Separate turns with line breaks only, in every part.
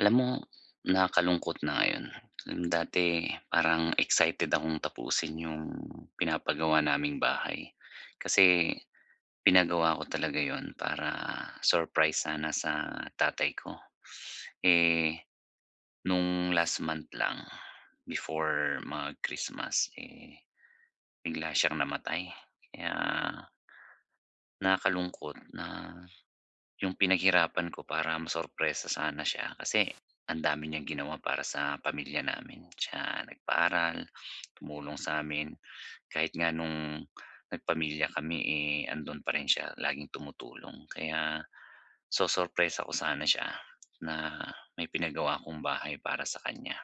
Alam mo, nakakalungkot na ngayon. Yung dati parang excited akong tapusin yung pinapagawa naming bahay. Kasi pinagawa ko talaga yon para surprise sana sa tatay ko. Eh, nung last month lang, before mag-Christmas, eh, bigla siyang namatay. Kaya nakakalungkot na yung pinaghirapan ko para masorpresa sana siya, kasi ang dami niyang ginawa para sa pamilya namin. Siya nagpaaral, tumulong sa'min, kahit nga nung nagpamilya kami, eh, andun pa rin siya laging tumutulong. Kaya sosorpresa ko sana siya na may pinagawa akong bahay para sa kanya.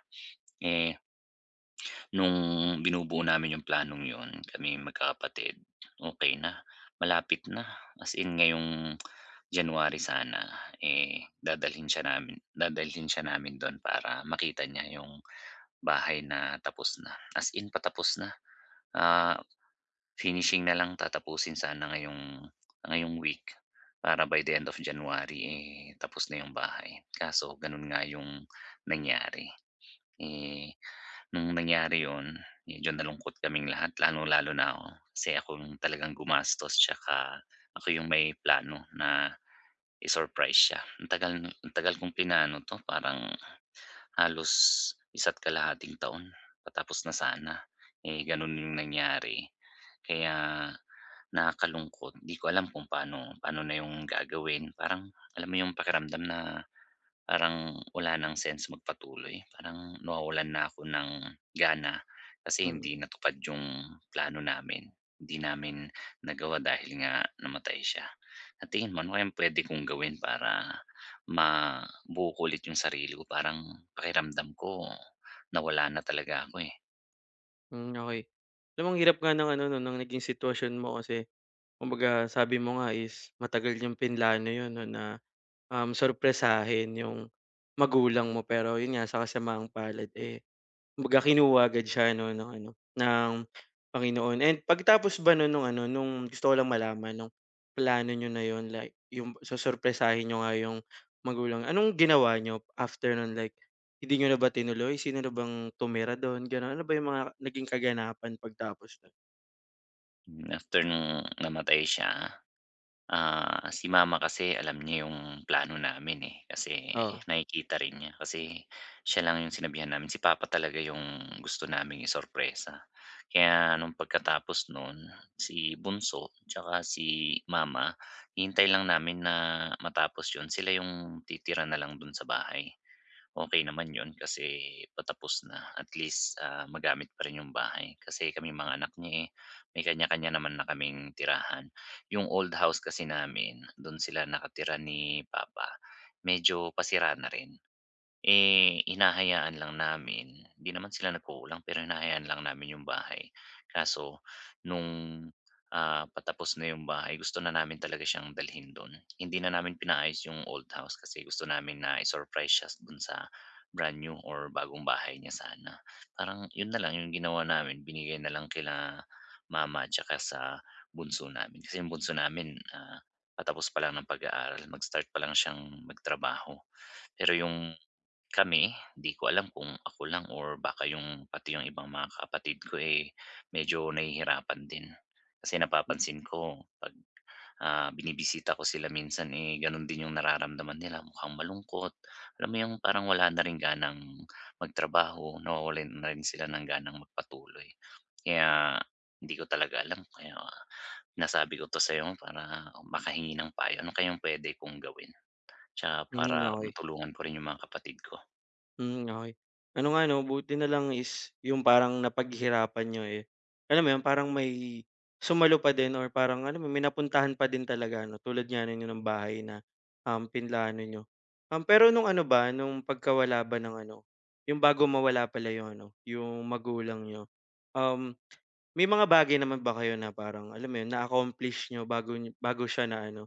Eh, nung binubuo namin yung planong yun, kami magkakapatid, okay na, malapit na. As in ngayong January sana, eh, dadalhin siya namin dun para makita niya yung bahay na tapos na. As in patapos na, ah, finishing na lang tatapusin sana ngayong ngayong week para by the end of January, eh, tapos na yung bahay. Kaso ganun nga yung nangyari, eh. Nung nangyari yun, medyo nalungkot kaming lahat, lalo lalo na ako. Kasi ako yung talagang gumastos tsaka ako yung may plano na i-surprise siya. Ang tagal kong plinano 'to, parang halos isa't kalahating taon patapos na sana, eh, ganun yung nangyari. Kaya nakakalungkot, 'di ko alam kung paano paano na yung gagawin. Parang alam mo yung pakiramdam na parang wala ng sense magpatuloy, parang nawawalan na ako ng gana kasi
Mm,
hindi natupad yung plano namin. Hindi namin nagawa dahil nga namatay siya. Sa tingin mo ano kayang puwede kong gawin para mabuo ko ulit yung sarili ko? Parang pakiramdam ko nawala na talaga ako, eh.
hmm, okey. Alam mo ang hirap nga ng ano 'no, ng naging sitwasyon mo kasi kumbaga sabi mo nga is matagal yung plinano yun 'no na, sorpresahin yung magulang mo pero yun nga sa kasamaang palad, eh. Kumbaga kinuha agad siya 'no ng ano, ng Panginoon, and pagtapos ba no nung ano, nung gusto ko lang malaman nung plano niyo na yun, like yung susurpresahin niyo nga yung magulang, anong ginawa niyo after nun, like hindi niyo na ba tinuloy? Sino na bang tumira dun, gano'n? Ano ba yung mga naging kaganapan pagtapos nun?
Hmm, after nung namatay siya, ah, si mama kasi alam niya yung plano namin, eh, kasi
Oo,
nakikita rin niya. Kasi siya lang yung sinabihan namin, si papa talaga yung gusto naming isorpresa. Kaya nung pagkatapos nun, si bunso tsaka si mama, hinintay lang namin na matapos yun. Sila yung titira na lang dun sa bahay. Okey naman yun kasi patapos na, at least, magamit pa rin yung bahay. Kasi kami mga anak niya, eh, may kanya-kanya naman na kaming tirahan. Yung old house kasi namin, dun sila nakatira ni papa, medyo pasira na rin. Eh, hinahayaan lang namin. Hindi naman sila nagkukulang, pero hinahayaan lang namin yung bahay. Kaso nung, patapos na yung bahay gusto na namin talaga siyang dalhin dun. Hindi na namin pinaayos yung old house kasi gusto namin na i-surprise siya dun sa brand new or bagong bahay niya sana. Parang yun na lang yung ginawa namin, binigay na lang kila mama tsaka sa bunso namin. Kasi yung bunso namin, patapos pa lang ng pag-aaral, mag-start pa lang siyang magtrabaho. Pero yung kami, di ko alam kung ako lang or baka yung pati yung ibang mga kapatid ko, eh, medyo nahihirapan din. Kasi napapansin ko 'pag, binibisita ko sila minsan, eh, gano'n din yung nararamdaman nila, mukhang malungkot. Alam mo yung parang wala na ring ganang magtrabaho, nawawalan na rin sila ng ganang magpatuloy. Kaya hindi ko talaga alam, kaya nasabi ko 'to sa'yo para makahingi ng payo. Ano kayang puwede kong gawin? Tsaka para
hmm, okey.
matulungan ko rin yung mga kapatid ko.
Hmm, okey. Ano nga 'no, buti na lang is yung parang napaghirapan niyo, eh, alam mo yun, parang may sumalo pa din or parang alam mo may napuntahan pa din talaga ano, tulad nga ninyo ng bahay na, pinlano niyo. Pero nung ano ba, nung pagkawala ba ng ano, yung bago mawala pala yung ano, yung magulang niyo, um, may mga bagay naman ba kayo na parang alam mo yun, na-accomplish niyo bago siya na ano,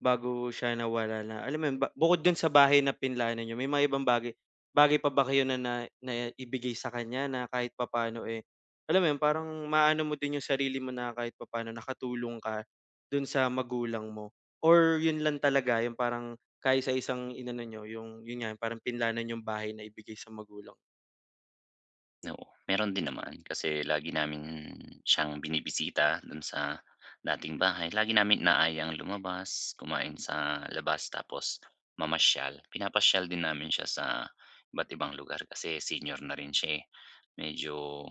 bago siya nawala, na alam mo yun, ba bukod dun sa bahay na pinlano niyo, may mga ibang bagay Bagay pa ba kayo na na na ibigay sa kanya na kahit papaano, eh, alam mo yun, parang maano mo din yung sarili mo na kahit papaano nakatulong ka dun sa magulang mo, or yun lang talaga yung parang kaisa-isang inano niyo, yung yun nga yung parang pinlanan yung bahay na ibigay sa magulang?
Oo, meron din naman kasi lagi namin siyang binibisita do'n sa dating bahay. Lagi namin inaayang lumabas, kumain sa labas tapos mamasyal. Pinapasyal din namin siya sa iba't ibang lugar kasi senior na rin siya, eh. Medyo,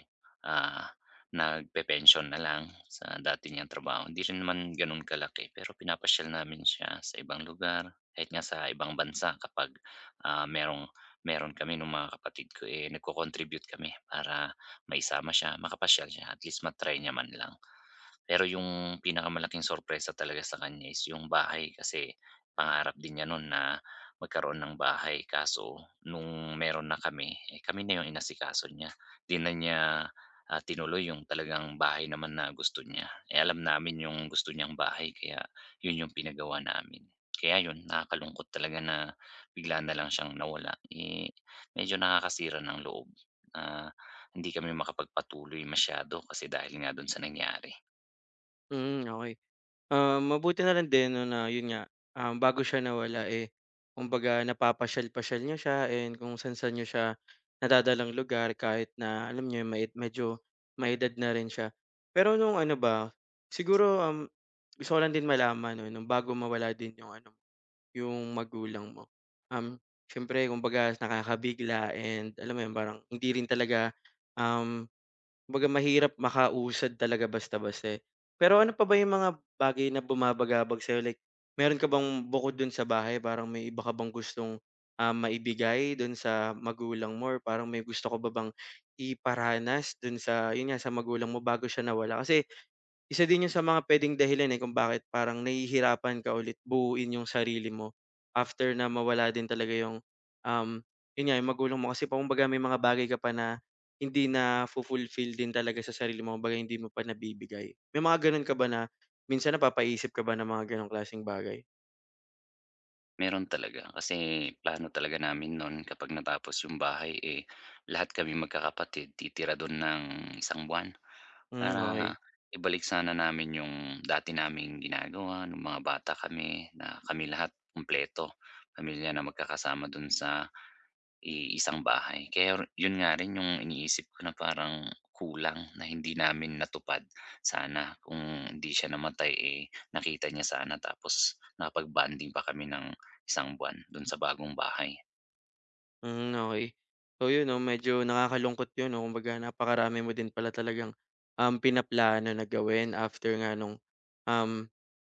ah, nagpe-pensyon na lang sa dati niyang trabaho. Hindi rin naman gano'n kalaki pero pinapasyal namin siya sa ibang lugar kahit nga sa ibang bansa kapag, ah, merong meron kami nung mga kapatid ko, eh, nagco-contribute kami para maisama siya, makapasyal siya, at least matry try niya man lang. Pero yung pinakamalaking sorpresa talaga sa kanya is yung bahay, kasi pangarap din niya nun na magkaroon ng bahay, kaso nung meron na kami, eh, kami na yung inasikaso niya. 'Di na niya, tinuloy yung talagang bahay naman na gusto niya. Eh, alam namin yung gusto niyang bahay kaya yun yung pinagawa namin. Kaya yun, nakakalungkot talaga na bigla na lang siyang nawala, eh, medyo nakakasira ng loob na hindi kami makapagpatuloy masyado kasi dahil nga dun sa nangyari.
Hmm, okey. Ah, mabuti na lang din 'no na yun nga, bago siya nawala, eh, kumbaga napapasyal-pasyal niyo siya and kung saan-saan niyo siya nadadalang lugar kahit na alam niyo yun, medyo may-edad na rin siya. Pero nung ano ba, siguro, gusto ko lang din malaman 'no, nung bago mawala din yung ano, yung magulang mo, um, siyempre kumbaga nakakabigla, and alam mo yun, parang hindi rin talaga. um Kumbaga mahirap makausad talaga basta-basta, eh. Pero ano pa ba yung mga bagay na bumabagabag sa'yo, like meron ka bang bukod dun sa bahay, parang may iba ka bang gustong, maibigay dun sa magulang mo or parang may gusto ko bang iparanas dun sa yun nga, sa magulang mo bago siya nawala? Kasi isa din 'yun sa mga puwedeng dahilan, eh, kung bakit parang nahihirapan ka ulit buuin yung sarili mo after na mawala din talaga yung, um, 'yun nga, yung magulang mo. Kasi kumbaga may mga bagay ka pa na hindi nafu-fulfill din talaga sa sarili mo, kumbaga hindi mo pa nabibigay. May mga gano'n ka ba na minsan napapaisip ka ba ng mga gano'ng klaseng bagay?
Meron talaga, kasi plano talaga namin noon kapag natapos yung bahay, eh, lahat kami magkakapatid titira do'n ng isang buwan.
Hmm,
Para
okey.
ibalik sana namin yung dati naming ginagawa nung mga bata kami na kami lahat kumpleto, pamilya na magkakasama do'n sa iisang bahay, kaya yun nga rin yung iniisip ko na parang kulang, na hindi namin natupad. Sana kung hindi siya namatay, eh, nakita niya sana tapos nakapag-bonding pa kami ng isang buwan dun sa bagong bahay.
Hmm, okey. So yun 'no, medyo nakakalungkot yun 'no, kumbaga napakarami mo din pala talagang, pinaplano na gawin after nga nung, um,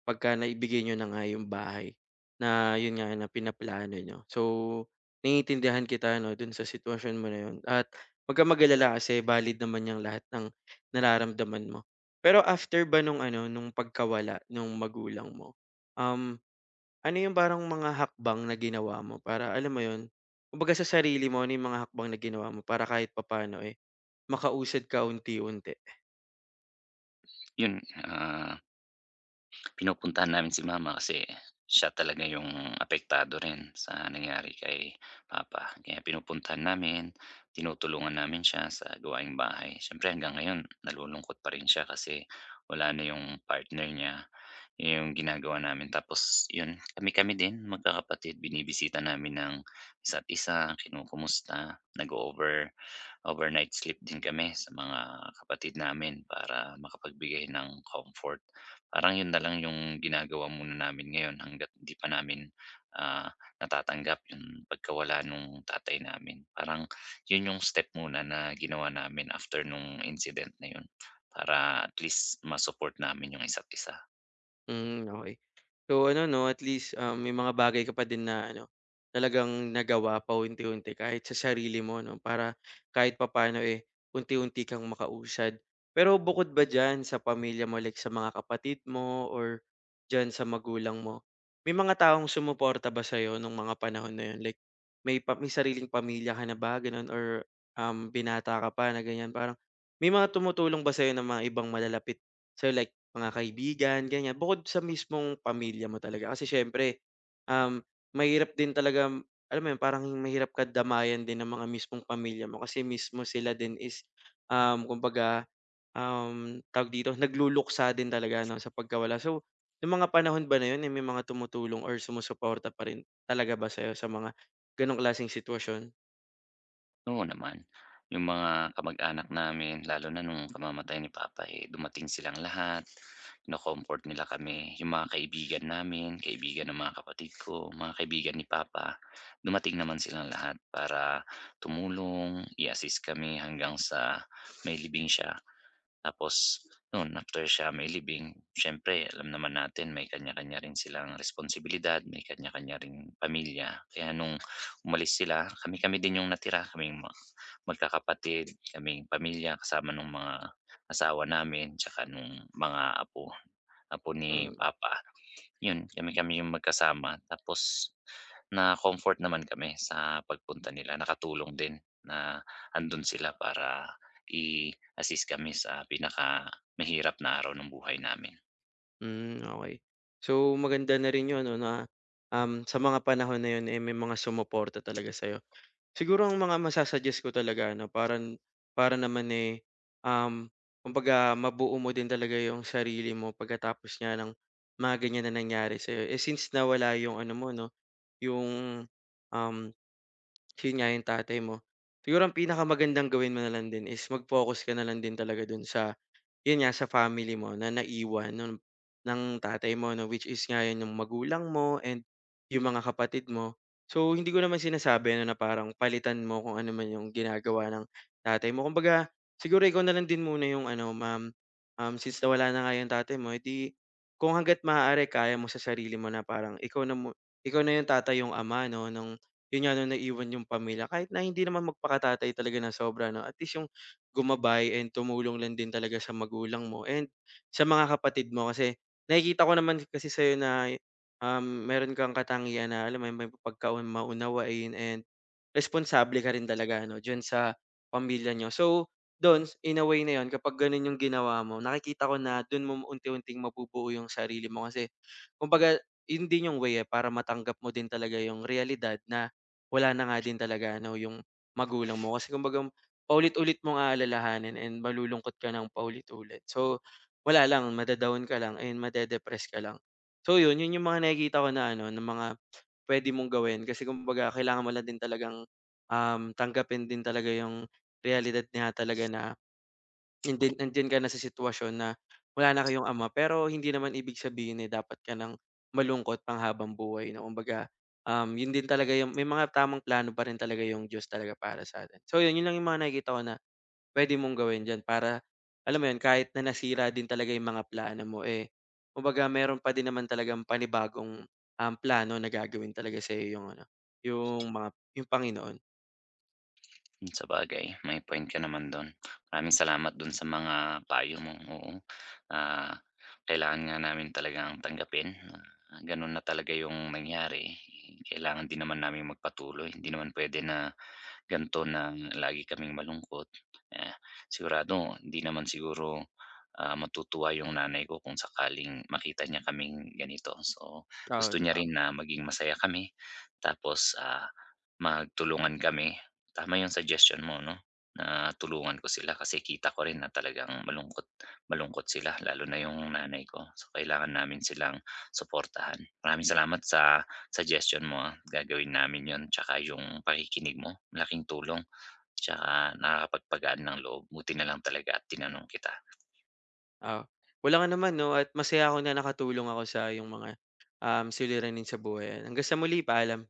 pagka naibigay niyo na nga yung bahay na yun nga na pinaplano nyo. So, naiintindihan kita 'no, dun sa sitwasyon mo na yun, at wag kang kasi valid naman yung lahat ng nararamdaman mo. Pero after ba nung ano, nung pagkawala nung magulang mo, um ano yung parang mga hakbang na ginawa mo para alam mo yun, kumbaga sa sarili mo, ano yung mga hakbang na ginawa mo para kahit papaano, eh, makausad ka unti-unti?
Yun, pinupuntahan namin si mama kasi siya talaga yung apektado rin sa nangyari kay papa. Kaya pinupuntahan namin, tinutulungan namin siya sa gawaing bahay. Siyempre hanggang ngayon nalulungkot pa rin siya kasi wala na yung partner niya. Yung ginagawa namin tapos yun, kami-kami din magkakapatid binibisita namin ng isa't isa, kinukumusta, nag-o-over overnight sleep din kami sa mga kapatid namin para makapagbigay ng comfort. Parang yun na lang yung ginagawa muna namin ngayon hangga't hindi pa namin, ah, natatanggap yung pagkawala nung tatay namin. Parang yun yung step muna na ginawa namin after nung incident na yun para at least ma-support namin yung isa't isa.
Hmm, okey. So ano 'no, at least, may mga bagay ka pa din na ano, talagang nagawa pa unti unti kahit sa sarili mo 'no, para kahit papaano, eh, unti-unti kang makausad. Pero bukod ba diyan sa pamilya mo, like sa mga kapatid mo or diyan sa magulang mo, may mga taong sumuporta ba sa sa'yo nung mga panahon na 'yun? Like may sariling pamilya ka na ba gano'n or, binata ka pa na ganiyan, parang may mga tumutulong ba sa sa'yo, ng mga ibang malalapit sa'yo, like mga kaibigan, ganyan. Bukod sa mismong pamilya mo talaga, kasi siyempre, um, mahirap din talaga, alam mo yun, parang mahirap ka damayan din ng mga mismong pamilya mo kasi mismo sila din is, kumbaga, tawag dito, nagluluksa din talaga 'no, sa pagkawala. So, nung mga panahon ba na yun, eh, may mga tumutulong or sumusuporta pa rin talaga ba sa'yo sa mga gano'ng klaseng sitwasyon?
Oo naman. Yung mga kamag-anak namin lalo na nung kamamatay ni papa, eh, dumating silang lahat, kino-comfort nila kami. Yung mga kaibigan namin, kaibigan ng mga kapatid ko, mga kaibigan ni papa, dumating naman silang lahat para tumulong, i-assist kami hanggang sa may libing siya. Tapos no'n after siya mailibing siyempre alam naman natin may kanya-kanya rin silang responsibilidad, may kanya-kanya rin pamilya. Kaya nung umalis sila, kami-kami din yung natira, kaming magkakapatid, kaming pamilya kasama nung mga asawa namin tsaka nung mga apo, apo ni
Mm,
papa. 'Yun, kami-kami yung magkasama tapos na-comfort naman kami sa pagpunta nila. Nakatulong din na andun sila para i-assist kami sa pinaka mahirap na araw ng buhay namin.
hmm, okey. So, maganda na rin yun 'no, na, sa mga panahon na yun, eh, may mga sumuporta talaga sa'yo. Siguro ang mga masa ko talaga ano, parang para naman, eh, um, kumbaga mabuo mo din talaga yung sarili mo pagkatapos nga ng mga ganyan na nangyari sa'yo. Eh, since nawala yung ano mo 'no, yung, um, yun nga yung tatay mo. Siguro ang pinakamagandang gawin mo na lang din is mag-focus ka na lang din talaga dun sa yun nga, sa family mo na naiwan ng tatay mo 'no, which is nga yun yung magulang mo and yung mga kapatid mo. So, hindi ko naman sinasabi ano na parang palitan mo kung ano man yung ginagawa ng tatay mo. Kumbaga siguro ikaw na lang din muna yung ano, ma'am, since nawala na nga yung tatay mo, eh di kung hangga't maaari kaya mo sa sarili mo na parang ikaw na yung tatay, yung ama 'no, nung yun nga nung naiwan yung pamilya. Kahit na hindi naman magpakatatay talaga ng sobra 'no, at least yung gumabay and tumulong lang din talaga sa magulang mo and sa mga kapatid mo. Kasi nakikita ko naman kasi sa'yo na, meron kang katangian na alam mo yun, may maunawain and responsable ka rin talaga ano diyan sa pamilya niyo. So, dun in a way na yun kapag ganun yung ginawa mo, nakikita ko na dun mo unti-unting mabubuo yung sarili mo, kasi kumbaga yun din yung way, eh, para matanggap mo din talaga yung realidad na wala na nga din talaga ano yung magulang mo. Kasi kumbaga paulit-ulit mong aalalahanin and malulungkot ka ng paulit-ulit. So, wala lang, mada ka lang and made ka lang. So yun, yun yung mga nakikita ko na ano, ng mga pwede mong gawin, kasi kumbaga kailangan mo lang din talagang, tanggapin din talaga yung realidad niya talaga, na nandiyan ka na sa sitwasyon na wala na kayong ama, pero hindi naman ibig sabihin, eh, dapat ka ng malungkot pang habang buhay, na kumbaga, yun din talaga yung may mga tamang plano pa rin talaga yung Diyos talaga para sa'tin. So yun, yun lang yung mga nakikita ko na puwede mong gawin diyan para, alam mo 'yun, kahit na nasira din talaga 'yung mga plano mo, eh, kumbaga meron pa din naman talagang panibagong, plano na gagawin talaga sa'yo, 'yung ano, 'yung mga 'yung Panginoon.
Mm, sa bagay, may point ka naman dun. Maraming salamat dun sa mga payo mo, oo. Ah, kailangan nga namin talagang tanggapin na ganun na talaga yung nangyari. Kailangan din naman namin magpatuloy, hindi naman pwede na gan'to na lagi kaming malungkot, ah, sigurado hindi naman siguro, matutuwa yung nanay ko kung sakaling makita niya kaming ganito. So,
Oo,
gusto niya
totoo.
rin na maging masaya kami tapos, magtulungan kami. Tama yung suggestion mo 'no, na tulungan ko sila kasi kita ko rin na talagang malungkot malungkot sila lalo na yung nanay ko. So, kailangan namin silang suportahan. Maraming salamat sa suggestion mo, gagawin namin 'yun tsaka yung pakikinig mo malaking tulong, tsaka nakakapagpagaan ng loob, buti na lang talaga at tinanong kita.
Oo. Walang naman 'no, at masaya ako na nakatulong ako sa yung mga, suliranin sa buhay. Hanggang sa muli, paalam.